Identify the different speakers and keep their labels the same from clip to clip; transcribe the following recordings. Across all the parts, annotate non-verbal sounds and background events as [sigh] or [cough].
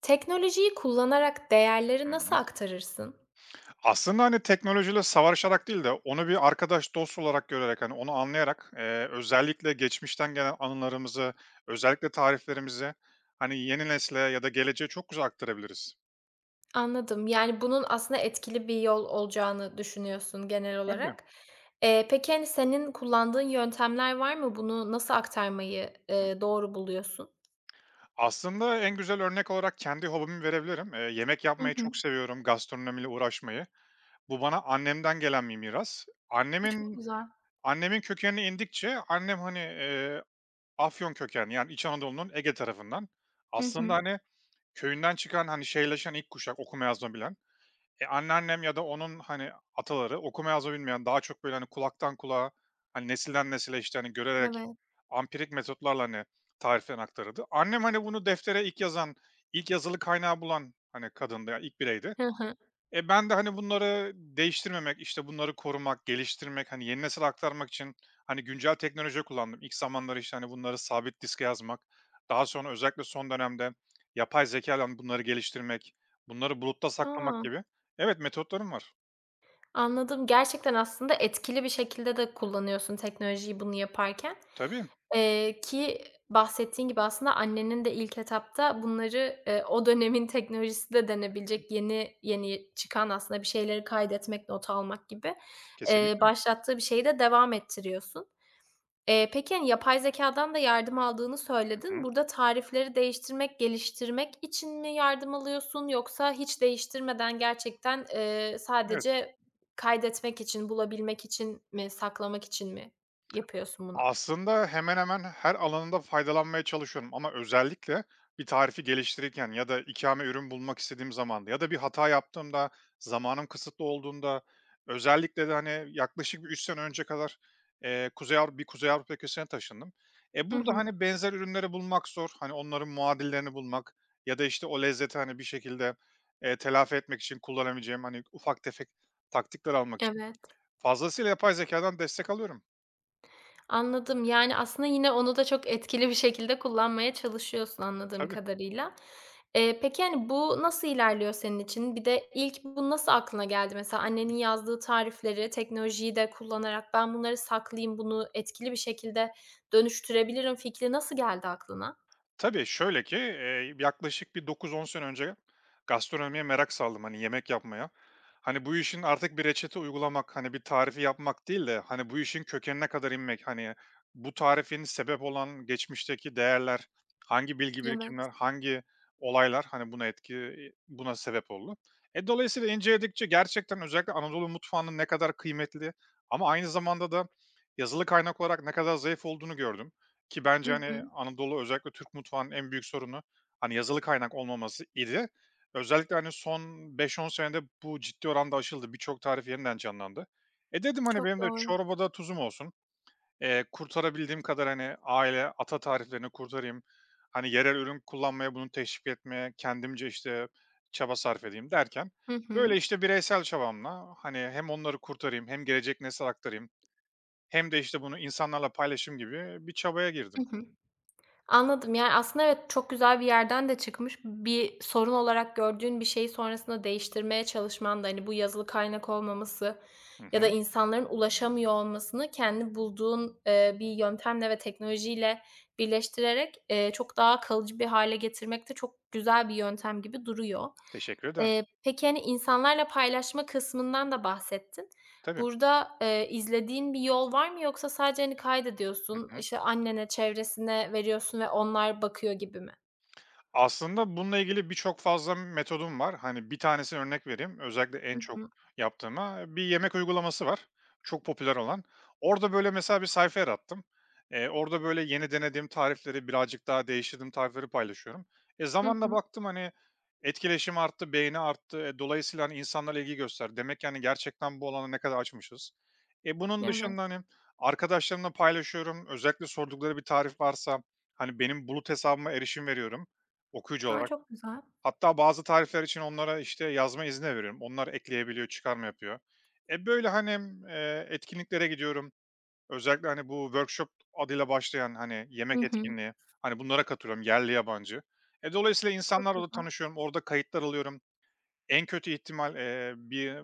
Speaker 1: Teknolojiyi kullanarak değerleri
Speaker 2: Hı
Speaker 1: nasıl
Speaker 2: hı.
Speaker 1: aktarırsın?
Speaker 2: Aslında, hani, teknolojiyle savaşarak değil de onu bir arkadaş, dost olarak görerek, hani, onu anlayarak, özellikle geçmişten gelen anılarımızı, özellikle tariflerimizi, hani, yeni nesle ya da geleceğe çok güzel aktarabiliriz.
Speaker 1: Anladım. Yani, bunun aslında etkili bir yol olacağını düşünüyorsun genel
Speaker 2: Tabii.
Speaker 1: olarak. Peki, hani, senin kullandığın yöntemler var mı? Bunu nasıl aktarmayı,
Speaker 2: Hı.
Speaker 1: doğru buluyorsun?
Speaker 2: Aslında en güzel örnek olarak kendi hobimi verebilirim. Yemek
Speaker 1: Hı
Speaker 2: yapmayı
Speaker 1: hı.
Speaker 2: çok seviyorum, gastronomiyle uğraşmayı. Bu bana annemden gelen bir miras.
Speaker 1: Çok
Speaker 2: Annemin
Speaker 1: güzel.
Speaker 2: annemin kökenine indikçe annem, hani, Afyon kökenli, yani, İç Anadolu'nun Ege tarafından.
Speaker 1: Hı
Speaker 2: Aslında,
Speaker 1: hı.
Speaker 2: hani, köyünden çıkan, hani, şehirleşen ilk kuşak okuma yazma bilen. E, anneannem ya da onun, hani, ataları okuma yazma bilmeyen, daha çok, böyle, hani, kulaktan kulağa, hani, nesilden nesile, işte, hani, görerek
Speaker 1: Evet.
Speaker 2: ampirik metotlarla, hani, tariflerini aktarırdı. Annem, hani, bunu deftere ilk yazan, ilk yazılı kaynağı bulan, hani, kadındı, ya, ilk bireydi.
Speaker 1: Hı hı.
Speaker 2: E, ben de, hani, bunları değiştirmemek, işte, bunları korumak, geliştirmek, hani, yeni nesile aktarmak için, hani, güncel teknolojiyi kullandım. İlk zamanları, işte, hani, bunları sabit diske yazmak, daha sonra özellikle son dönemde yapay zeka ile bunları geliştirmek, bunları bulutta saklamak
Speaker 1: A!
Speaker 2: gibi. Evet, metotlarım var.
Speaker 1: Anladım. Gerçekten aslında etkili bir şekilde de kullanıyorsun teknolojiyi bunu yaparken.
Speaker 2: Tabii,
Speaker 1: Ki bahsettiğin gibi aslında annenin de ilk etapta bunları, o dönemin teknolojisi de denebilecek yeni yeni çıkan aslında bir şeyleri kaydetmek, not almak gibi,
Speaker 2: kesinlikle.
Speaker 1: başlattığı bir şeyi de devam ettiriyorsun. Peki, hani, yapay zekâdan da yardım aldığını
Speaker 2: Hı
Speaker 1: söyledin. Burada tarifleri değiştirmek, geliştirmek için mi yardım alıyorsun yoksa hiç değiştirmeden gerçekten,
Speaker 2: hı.
Speaker 1: sadece kaydetmek için, bulabilmek için mi, saklamak için mi yapıyorsun bunu?
Speaker 2: Aslında hemen hemen her alanında faydalanmaya çalışıyorum ama özellikle bir tarifi geliştirirken ya da ikame ürün bulmak istediğim zamanda ya da bir hata yaptığımda, zamanım kısıtlı olduğunda özellikle de hani yaklaşık bir 3 sene önce kadar Kuzey Avrupa, bir Kuzey Avrupa ülkesine taşındım. E,
Speaker 1: Hı
Speaker 2: burada
Speaker 1: hı.
Speaker 2: hani benzer ürünleri bulmak zor. Hani onların muadillerini bulmak ya da işte o lezzeti hani bir şekilde telafi etmek için kullanabileceğim hani ufak tefek taktikler almak için.
Speaker 1: Evet.
Speaker 2: Fazlasıyla yapay zekadan destek alıyorum.
Speaker 1: Anladım. Yani, aslında yine onu da çok etkili bir şekilde kullanmaya çalışıyorsun anladığım
Speaker 2: Tabii.
Speaker 1: kadarıyla. Peki, hani, bu nasıl ilerliyor senin için? Bir de ilk bu nasıl aklına geldi? Mesela annenin yazdığı tarifleri, teknolojiyi de kullanarak ben bunları saklayayım, bunu etkili bir şekilde dönüştürebilirim fikri nasıl geldi aklına?
Speaker 2: Tabii, şöyle ki, yaklaşık bir 9-10 sene önce gastronomiye merak saldım, hani, yemek yapmaya. Hani, bu işin artık bir reçete uygulamak, hani, bir tarifi yapmak değil de, hani, bu işin kökenine kadar inmek, hani, bu tarifin sebep olan geçmişteki değerler, hangi bilgi
Speaker 1: Evet.
Speaker 2: birikimler, hangi olaylar, hani, buna sebep oldu. E, dolayısıyla inceledikçe gerçekten özellikle Anadolu mutfağının ne kadar kıymetli ama aynı zamanda da yazılı kaynak olarak ne kadar zayıf olduğunu gördüm. Ki
Speaker 1: Hı
Speaker 2: bence,
Speaker 1: hı.
Speaker 2: hani, Anadolu özellikle Türk mutfağının en büyük sorunu, hani, yazılı kaynak olmaması idi. Özellikle, hani, son 5-10 senede bu ciddi oranda aşıldı. Birçok tarif yeniden canlandı. E, dedim, hani,
Speaker 1: Çok
Speaker 2: benim de
Speaker 1: doğru.
Speaker 2: çorbada tuzum olsun. Kurtarabildiğim kadar, hani, aile, ata tariflerini kurtarayım. Hani, yerel ürün kullanmaya, bunu teşvik etmeye kendimce, işte, çaba sarf edeyim derken,
Speaker 1: Hı
Speaker 2: böyle,
Speaker 1: hı.
Speaker 2: işte, bireysel çabamla, hani, hem onları kurtarayım hem gelecek nesle aktarayım hem de, işte, bunu insanlarla paylaşım gibi bir çabaya
Speaker 1: Hı
Speaker 2: girdim.
Speaker 1: hı. Anladım. Yani, aslında evet, çok güzel bir yerden de çıkmış. Bir sorun olarak gördüğün bir şeyi sonrasında değiştirmeye çalışman da, hani, bu yazılı kaynak olmaması
Speaker 2: Hı
Speaker 1: ya da
Speaker 2: hı.
Speaker 1: insanların ulaşamıyor olmasını kendi bulduğun, bir yöntemle ve teknolojiyle birleştirerek, çok daha kalıcı bir hale getirmek de çok güzel bir yöntem gibi duruyor.
Speaker 2: Teşekkür ederim.
Speaker 1: Peki, hani, insanlarla paylaşma kısmından da bahsettin.
Speaker 2: Tabii.
Speaker 1: Burada, izlediğin bir yol var mı yoksa sadece, hani,
Speaker 2: Hı
Speaker 1: kaydediyorsun,
Speaker 2: hı.
Speaker 1: işte, annene, çevresine veriyorsun ve onlar bakıyor gibi mi?
Speaker 2: Aslında bununla ilgili birçok fazla metodum var. Hani bir tanesini örnek vereyim. Özellikle
Speaker 1: Hı
Speaker 2: en
Speaker 1: hı.
Speaker 2: çok yaptığıma bir yemek uygulaması var. Çok popüler olan. Orada böyle mesela bir sayfa yarattım. Orada böyle yeni denediğim tarifleri birazcık daha değiştirdiğim tarifleri paylaşıyorum. E,
Speaker 1: Hı
Speaker 2: zamanla
Speaker 1: hı.
Speaker 2: baktım hani etkileşim arttı, beğeni arttı. E, dolayısıyla hani insanlar ilgi göster. Demek yani gerçekten bu alana ne kadar açmışız. E, bunun
Speaker 1: Evet.
Speaker 2: dışında hani arkadaşlarımla paylaşıyorum. Özellikle sordukları bir tarif varsa hani benim bulut hesabıma erişim veriyorum. Okuyucu
Speaker 1: A,
Speaker 2: olarak.
Speaker 1: çok güzel.
Speaker 2: Hatta bazı tarifler için onlara, işte, yazma izni de veriyorum. Onlar ekleyebiliyor, çıkarma yapıyor. E, böyle, hani, etkinliklere gidiyorum. Özellikle, hani, bu workshop adıyla başlayan, hani,
Speaker 1: Hı
Speaker 2: yemek
Speaker 1: hı.
Speaker 2: etkinliği, hani, bunlara katılıyorum yerli yabancı. E, dolayısıyla
Speaker 1: Çok
Speaker 2: insanlarla da
Speaker 1: güzel.
Speaker 2: tanışıyorum. Orada kayıtlar alıyorum. En kötü ihtimal, bir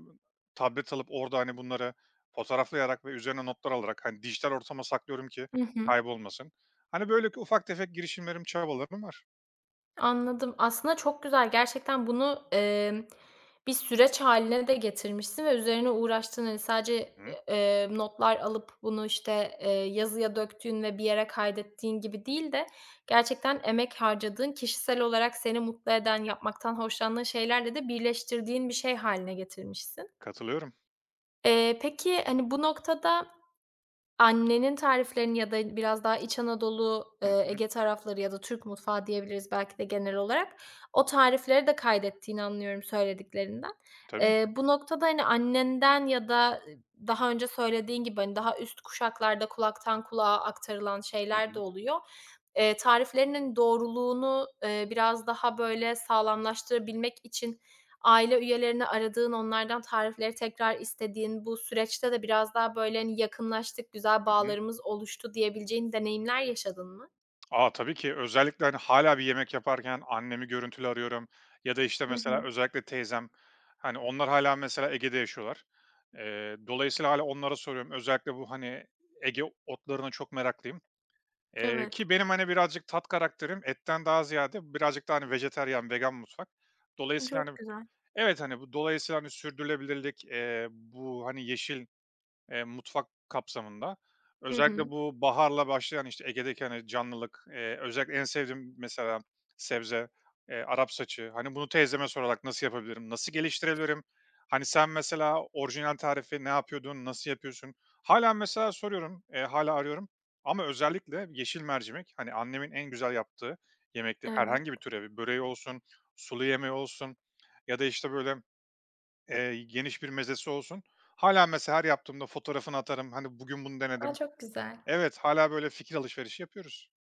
Speaker 2: tablet alıp orada, hani, bunları fotoğraflayarak ve üzerine notlar alarak, hani, dijital ortama saklıyorum ki
Speaker 1: Hı hı.
Speaker 2: kaybolmasın. Hani, böyle ufak tefek girişimlerim, çabalarım var.
Speaker 1: Anladım. Aslında çok güzel. Gerçekten bunu, bir süreç haline de getirmişsin ve üzerine uğraştığın, hani, sadece, e,
Speaker 2: Hı,
Speaker 1: eee, notlar alıp bunu, işte, yazıya döktüğün ve bir yere kaydettiğin gibi değil de gerçekten emek harcadığın, kişisel olarak seni mutlu eden, yapmaktan hoşlandığın şeylerle de birleştirdiğin bir şey haline getirmişsin.
Speaker 2: katılıyorum.
Speaker 1: Peki, hani, bu noktada annenin tariflerini ya da biraz daha İç Anadolu,
Speaker 2: Hı hı.
Speaker 1: Ege tarafları ya da Türk mutfağı diyebiliriz belki de genel olarak. O tarifleri de kaydettiğini anlıyorum söylediklerinden.
Speaker 2: Tabii ki.
Speaker 1: Bu noktada, hani, annenden ya da daha önce söylediğin gibi, hani, daha üst kuşaklarda kulaktan kulağa aktarılan
Speaker 2: Hı
Speaker 1: şeyler de
Speaker 2: hı.
Speaker 1: oluyor. Tariflerinin doğruluğunu, biraz daha böyle sağlamlaştırabilmek için aile üyelerini aradığın, onlardan tarifleri tekrar istediğin, bu süreçte de biraz daha, böyle, hani, yakınlaştık, güzel
Speaker 2: Hı hı.
Speaker 1: bağlarımız oluştu diyebileceğin deneyimler yaşadın mı?
Speaker 2: A, tabii ki. Özellikle, hani, hâlâ bir yemek yaparken annemi görüntülü arıyorum ya da, işte,
Speaker 1: Hı
Speaker 2: mesela
Speaker 1: hı.
Speaker 2: özellikle teyzem, hani, onlar hâlâ mesela Ege'de yaşıyorlar. Dolayısıyla hâlâ onlara soruyorum. Özellikle bu, hani, Ege otlarına çok meraklıyım. Eee,
Speaker 1: Evet.
Speaker 2: ki benim, hani, birazcık tat karakterim etten daha ziyade birazcık daha, hani, vejetaryen, vegan mutfak. Dolayısıyla,
Speaker 1: Çok
Speaker 2: hani.
Speaker 1: güzel.
Speaker 2: Evet, hani, bu dolayısıyla, hani, sürdürülebilirlik, bu, hani, yeşil mutfak kapsamında.
Speaker 1: Hı
Speaker 2: Özellikle
Speaker 1: hı.
Speaker 2: bu baharla başlayan, işte, Ege'deki, hani, canlılık, özellikle en sevdiğim mesela sebze, Arap saçı. Hani, bunu teyzeme sorarak nasıl yapabilirim, nasıl geliştirebilirim? Hani, sen mesela orijinal tarifi ne yapıyordun, nasıl yapıyorsun? Hâlâ mesela soruyorum, hâlâ arıyorum ama özellikle yeşil mercimek, hani, annemin en güzel yaptığı yemekti. Herhangi bir
Speaker 1: Evet.
Speaker 2: türevi, böreği olsun, sulu yemeği olsun ya da, işte, böyle geniş bir mezesi olsun. Hâlâ mesela her yaptığımda fotoğrafını atarım. Hani, bugün bunu
Speaker 1: A,
Speaker 2: denedim.
Speaker 1: çok güzel.
Speaker 2: Evet, hâlâ böyle fikir alışverişi yapıyoruz.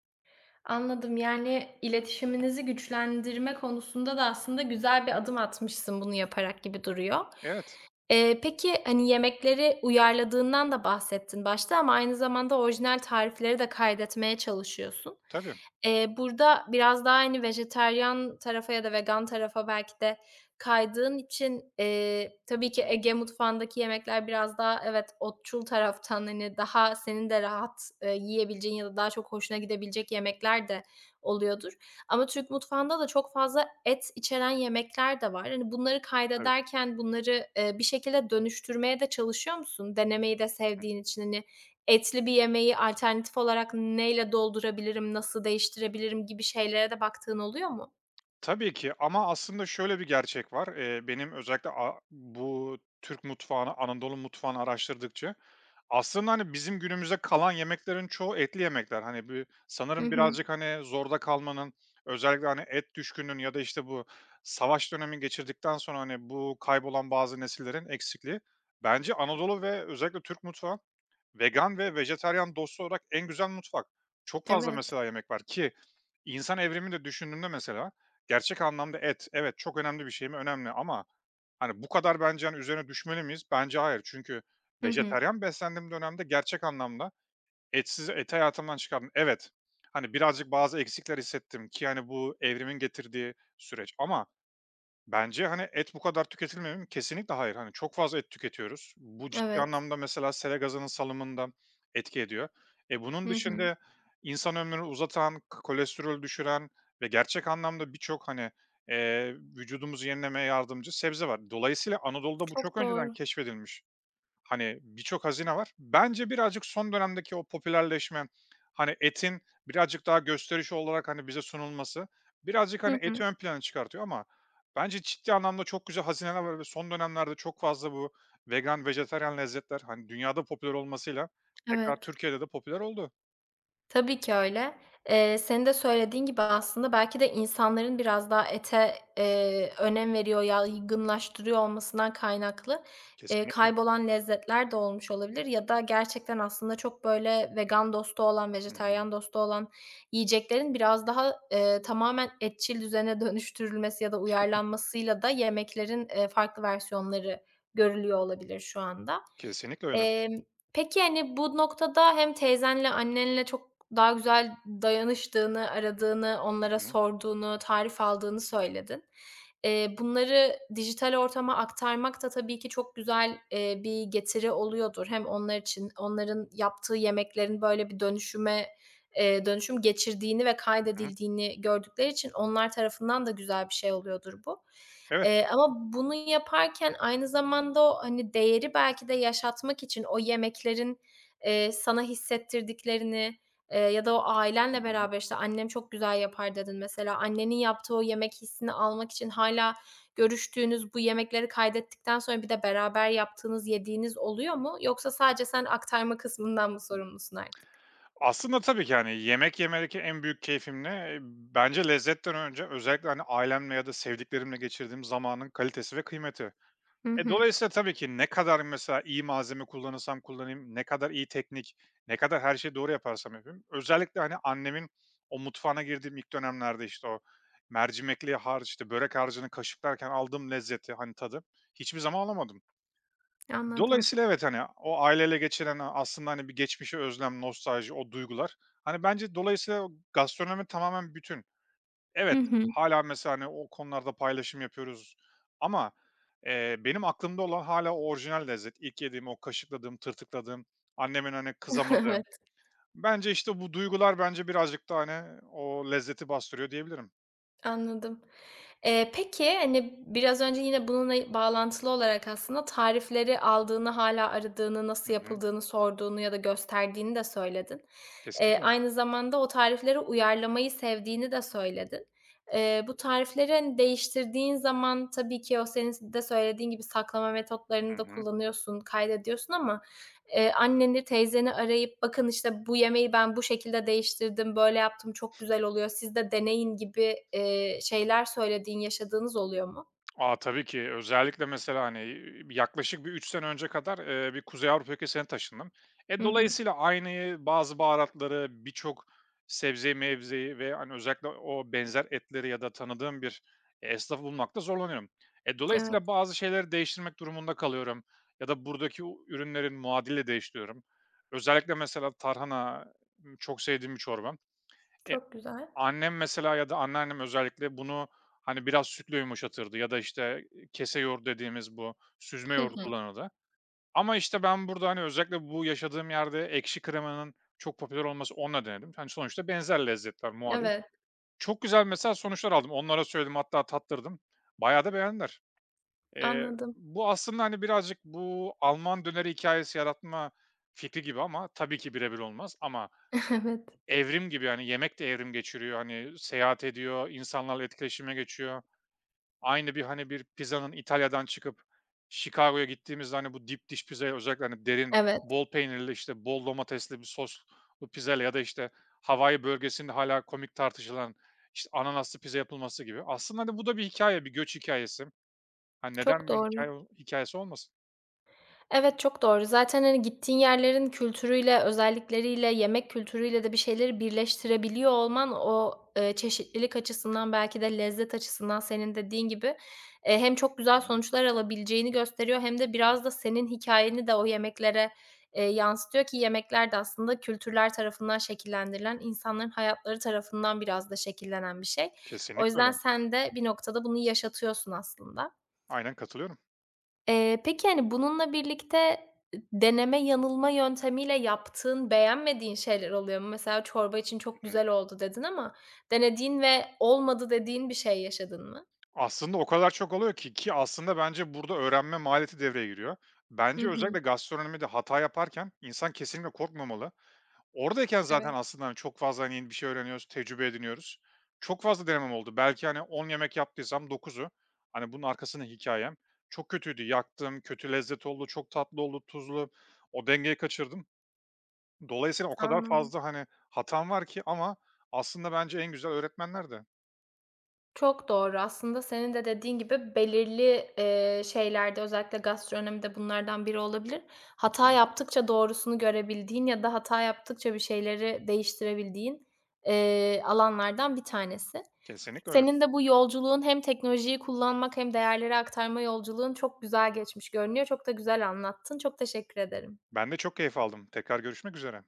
Speaker 1: Anladım. Yani, iletişiminizi güçlendirme konusunda da aslında güzel bir adım atmışsın bunu yaparak gibi duruyor.
Speaker 2: Evet,
Speaker 1: Peki, hani, yemekleri uyarladığından da bahsettin başta ama aynı zamanda orijinal tarifleri de kaydetmeye çalışıyorsun.
Speaker 2: tabii.
Speaker 1: Burada biraz daha, hani, vejetaryen tarafa ya da vegan tarafa belki de kaydığın için,
Speaker 2: Hı
Speaker 1: tabii ki
Speaker 2: hı.
Speaker 1: Ege mutfağındaki yemekler biraz daha evet, otçul taraftan, hani, daha senin de rahat, yiyebileceğin ya da daha çok hoşuna gidebilecek yemekler de oluyordur. Ama Türk mutfağında da çok fazla et içeren yemekler de var. Hani, bunları
Speaker 2: Tabii.
Speaker 1: kaydederken bunları, bir şekilde dönüştürmeye de çalışıyor musun? Denemeyi de sevdiğin için, hani, etli bir yemeği alternatif olarak neyle doldurabilirim, nasıl değiştirebilirim gibi şeylere de baktığın oluyor mu?
Speaker 2: Tabii ki ama aslında şöyle bir gerçek var. Benim özellikle bu Türk mutfağını, Anadolu mutfağını araştırdıkça aslında, hani, bizim günümüzde kalan yemeklerin çoğu etli yemekler. Hani, bir
Speaker 1: Hı
Speaker 2: sanırım
Speaker 1: hı.
Speaker 2: birazcık, hani, zorda kalmanın, özellikle, hani, et düşkünün ya da, işte, bu savaş dönemi geçirdikten sonra, hani, bu kaybolan bazı nesillerin eksikliği bence Anadolu ve özellikle Türk mutfağı vegan ve vejetaryen dostu olarak en güzel mutfak. Çok fazla
Speaker 1: Evet.
Speaker 2: mesela yemek var ki insan evrimi de düşündüğünde mesela gerçek anlamda et, evet, çok önemli bir şey mi? Önemli ama, hani, bu kadar bence, hani, üzerine düşmeli miyiz? Bence hayır. Çünkü
Speaker 1: Hı hı.
Speaker 2: vejetaryen beslendiğim dönemde gerçek anlamda etsiz et hayatımdan çıkardım. Evet, hani, birazcık bazı eksikler hissettim ki, hani, bu evrimin getirdiği süreç ama bence, hani, et bu kadar tüketilmemeli mi? Kesinlikle hayır. Hani, çok fazla et tüketiyoruz. Bu ciddi
Speaker 1: Evet.
Speaker 2: anlamda mesela sera gazının salımında etki ediyor. E, bunun
Speaker 1: Hı hı.
Speaker 2: dışında insan ömrünü uzatan, kolesterolü düşüren ve gerçek anlamda birçok, hani, vücudumuzu yenilemeye yardımcı sebze var. Dolayısıyla Anadolu'da bu çok
Speaker 1: Çok
Speaker 2: önceden
Speaker 1: doğru.
Speaker 2: keşfedilmiş. Hani, birçok hazine var. Bence birazcık son dönemdeki o popülerleşme, hani, etin birazcık daha gösterişi olarak, hani, bize sunulması birazcık, hani,
Speaker 1: Hı
Speaker 2: eti
Speaker 1: hı.
Speaker 2: ön plana çıkartıyor ama bence ciddi anlamda çok güzel hazineler var ve son dönemlerde çok fazla bu vegan, vejetaryen lezzetler, hani, dünyada popüler olmasıyla tekrar
Speaker 1: Evet.
Speaker 2: Türkiye'de de popüler oldu.
Speaker 1: Tabii ki öyle. Senin de söylediğin gibi aslında belki de insanların biraz daha ete, önem veriyor, yaygınlaştırıyor olmasından kaynaklı,
Speaker 2: Kesinlikle.
Speaker 1: kaybolan lezzetler de olmuş olabilir ya da gerçekten aslında çok böyle vegan dostu olan,
Speaker 2: Hı hı.
Speaker 1: vejetaryen dostu olan yiyeceklerin biraz daha, tamamen etçil düzene [laughs] dönüştürülmesi ya da uyarlanmasıyla da yemeklerin, farklı versiyonları görülüyor olabilir şu anda.
Speaker 2: Kesinlikle öyle. Hı
Speaker 1: Emm Peki, hani, bu noktada hem teyzenle, annenle çok daha güzel dayanıştığını, aradığını, onlara
Speaker 2: hı.
Speaker 1: sorduğunu, tarif aldığını söyledin. Bunları dijital ortama aktarmak da tabii ki çok güzel, bir getiri oluyordur. Hem onlar için, onların yaptığı yemeklerin böyle bir dönüşüme, dönüşüm geçirdiğini ve
Speaker 2: Hı hı.
Speaker 1: kaydedildiğini gördükleri için onlar tarafından da güzel bir şey oluyordur bu.
Speaker 2: Evet.
Speaker 1: Ama bunu yaparken aynı zamanda o, hani, değeri belki de yaşatmak için o yemeklerin, sana hissettirdiklerini, ya da o
Speaker 2: Hı
Speaker 1: ailenle
Speaker 2: hı.
Speaker 1: beraber, işte, "Annem çok güzel yapar." dedin mesela. Annenin yaptığı o yemek hissini almak için hâlâ görüştüğünüz, bu yemekleri kaydettikten sonra bir de beraber yaptığınız, yediğiniz oluyor mu? Yoksa sadece sen aktarma kısmından mı sorumlusun artık?
Speaker 2: Aslında tabii ki, yani yemek yemedeki en büyük keyfim ne? E, Bence lezzetten önce özellikle, hani, ailemle ya da sevdiklerimle geçirdiğim zamanın kalitesi ve kıymeti.
Speaker 1: Hı
Speaker 2: E,
Speaker 1: hı,
Speaker 2: dolayısıyla tabii ki ne kadar mesela iyi malzeme kullanırsam kullanayım, ne kadar iyi teknik, ne kadar her şeyi doğru yaparsam yapayım. Özellikle, hani, annemin o mutfağına girdiğim ilk dönemlerde, işte, o mercimekli harç, işte, börek harcını kaşıklarken aldığım lezzeti, hani, tadı hiçbir zaman alamadım.
Speaker 1: anladım.
Speaker 2: Dolayısıyla evet, hani, o aileyle geçiren aslında, hani, bir geçmişe özlem, nostalji, o duygular. Hani, bence dolayısıyla gastronomi tamamen bütün.
Speaker 1: Hı
Speaker 2: Evet,
Speaker 1: hı.
Speaker 2: hala mesela, hani, o konularda paylaşım yapıyoruz ama, benim aklımda olan hala o orijinal lezzet. İlk yediğim, o kaşıkladığım, tırtıkladığım, annemin, hani,
Speaker 1: [laughs]
Speaker 2: kızamadığım.
Speaker 1: Evet.
Speaker 2: Bence, işte, bu duygular bence birazcık da, hani, o lezzeti bastırıyor diyebilirim.
Speaker 1: Anladım. Peki, hani, biraz önce yine bununla bağlantılı olarak aslında tarifleri aldığını, hâlâ aradığını,
Speaker 2: Hı
Speaker 1: nasıl
Speaker 2: hı.
Speaker 1: yapıldığını sorduğunu ya da gösterdiğini de söyledin.
Speaker 2: Kesinlikle.
Speaker 1: Aynı zamanda o tarifleri uyarlamayı sevdiğini de söyledin. Bu tarifleri, hani, değiştirdiğin zaman tabii ki o senin s de söylediğin gibi saklama
Speaker 2: Hı
Speaker 1: metotlarını da
Speaker 2: hı.
Speaker 1: kullanıyorsun, kaydediyorsun ama anneni, teyzeni arayıp bakın, işte, bu yemeği ben bu şekilde değiştirdim, böyle yaptım, çok güzel oluyor, siz de deneyin gibi, şeyler söylediğin, yaşadığınız oluyor mu?
Speaker 2: Aa tabii ki. Özellikle mesela, hani, yaklaşık bir 3 sene önce kadar, bir Kuzey Avrupa ülkesine taşındım. E,
Speaker 1: Hı hı.
Speaker 2: dolayısıyla aynı bazı baharatları, birçok sebzeyi, mevzeyi ve, hani, özellikle o benzer etleri ya da tanıdığım bir esnafı bulmakta zorlanıyorum. E,
Speaker 1: Evet,
Speaker 2: dolayısıyla bazı şeyleri değiştirmek durumunda kalıyorum ya da buradaki ürünlerin muadili değiştiriyorum. Özellikle mesela tarhana, çok sevdiğim bir çorba. E,
Speaker 1: çok güzel.
Speaker 2: Annem mesela ya da anneannem özellikle bunu, hani, biraz sütle yumuşatırdı ya da, işte, kese yoğurdu dediğimiz bu süzme
Speaker 1: Hı
Speaker 2: yoğurdu
Speaker 1: hı.
Speaker 2: kullanırdı. Ama, işte, ben burada, hani, özellikle bu yaşadığım yerde ekşi kremanın çok popüler olması onunla denedim. Hani, sonuçta benzer lezzetler muadil.
Speaker 1: Evet,
Speaker 2: Çok güzel mesela sonuçlar aldım. Onlara söyledim hatta tattırdım. Bayağı da beğendiler. Eee,
Speaker 1: anladım.
Speaker 2: bu aslında, hani, birazcık bu Alman döneri hikayesi yaratma fikri gibi ama tabii ki birebir olmaz ama
Speaker 1: [laughs] Evet,
Speaker 2: evrim gibi, yani yemek de evrim geçiriyor, hani, seyahat ediyor, insanlarla etkileşime geçiyor. Aynı bir, hani, bir pizzanın İtalya'dan çıkıp Chicago'ya gittiğimizde, hani, bu dip dish pizzaya özellikle, hani, derin,
Speaker 1: evet.
Speaker 2: bol peynirli, işte, bol domatesli bir soslu pizzayla ya da, işte, Hawaii bölgesinde hala komik tartışılan, işte, ananaslı pizza yapılması gibi. Aslında, hani, bu da bir göç hikayesi. Hani,
Speaker 1: Çok
Speaker 2: neden bir hikaye
Speaker 1: doğru.
Speaker 2: hikayesi olmasın?
Speaker 1: Evet, çok doğru. Zaten, hani, gittiğin yerlerin kültürüyle, özellikleriyle, yemek kültürüyle de bir şeyleri birleştirebiliyor olman o, çeşitlilik açısından belki de lezzet açısından senin dediğin gibi, hem çok güzel
Speaker 2: Hı hı.
Speaker 1: sonuçlar alabileceğini gösteriyor hem de biraz da senin hikayeni de o yemeklere, yansıtıyor ki yemekler de aslında kültürler tarafından şekillendirilen, insanların hayatları tarafından biraz da şekillenen bir şey. O
Speaker 2: Kesinlikle
Speaker 1: yüzden
Speaker 2: öyle.
Speaker 1: sen de bir noktada bunu yaşatıyorsun aslında.
Speaker 2: Aynen katılıyorum.
Speaker 1: Peki, hani, bununla birlikte, deneme yanılma yöntemiyle yaptığın, beğenmediğin şeyler oluyor mu? Mesela çorba için çok güzel oldu dedin ama denediğin ve olmadı dediğin bir şey yaşadın mı?
Speaker 2: Aslında o kadar çok oluyor ki aslında bence burada öğrenme maliyeti devreye giriyor.
Speaker 1: Hı
Speaker 2: Bence
Speaker 1: hı.
Speaker 2: özellikle gastronomide hata yaparken insan kesinlikle korkmamalı. Oradayken zaten
Speaker 1: Evet.
Speaker 2: aslında, hani, çok fazla, hani, yeni bir şey öğreniyoruz, tecrübe ediniyoruz. Çok fazla denemem oldu. Belki, hani, 10 yemek yaptıysam 9'u, hani, bunun arkasında hikayem çok kötüydü, yaktım, kötü lezzet oldu, çok tatlı oldu, tuzlu. O dengeyi kaçırdım. Dolayısıyla o kadar
Speaker 1: Anladım.
Speaker 2: fazla, hani, hatam var ki ama aslında bence en güzel öğretmenlerdi. Hı
Speaker 1: Çok doğru. Aslında senin de dediğin gibi belirli, şeylerde özellikle gastronomide bunlardan biri olabilir. Hata
Speaker 2: hı.
Speaker 1: yaptıkça doğrusunu görebildiğin ya da hata yaptıkça bir şeyleri değiştirebildiğin, alanlardan bir tanesi.
Speaker 2: Kesinlikle öyle.
Speaker 1: Senin de bu yolculuğun hem teknolojiyi kullanmak hem değerleri aktarma yolculuğun çok güzel geçmiş görünüyor. Çok da güzel anlattın. Çok teşekkür ederim.
Speaker 2: Ben de çok keyif aldım. Tekrar görüşmek üzere.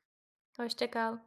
Speaker 1: Hoşça kal.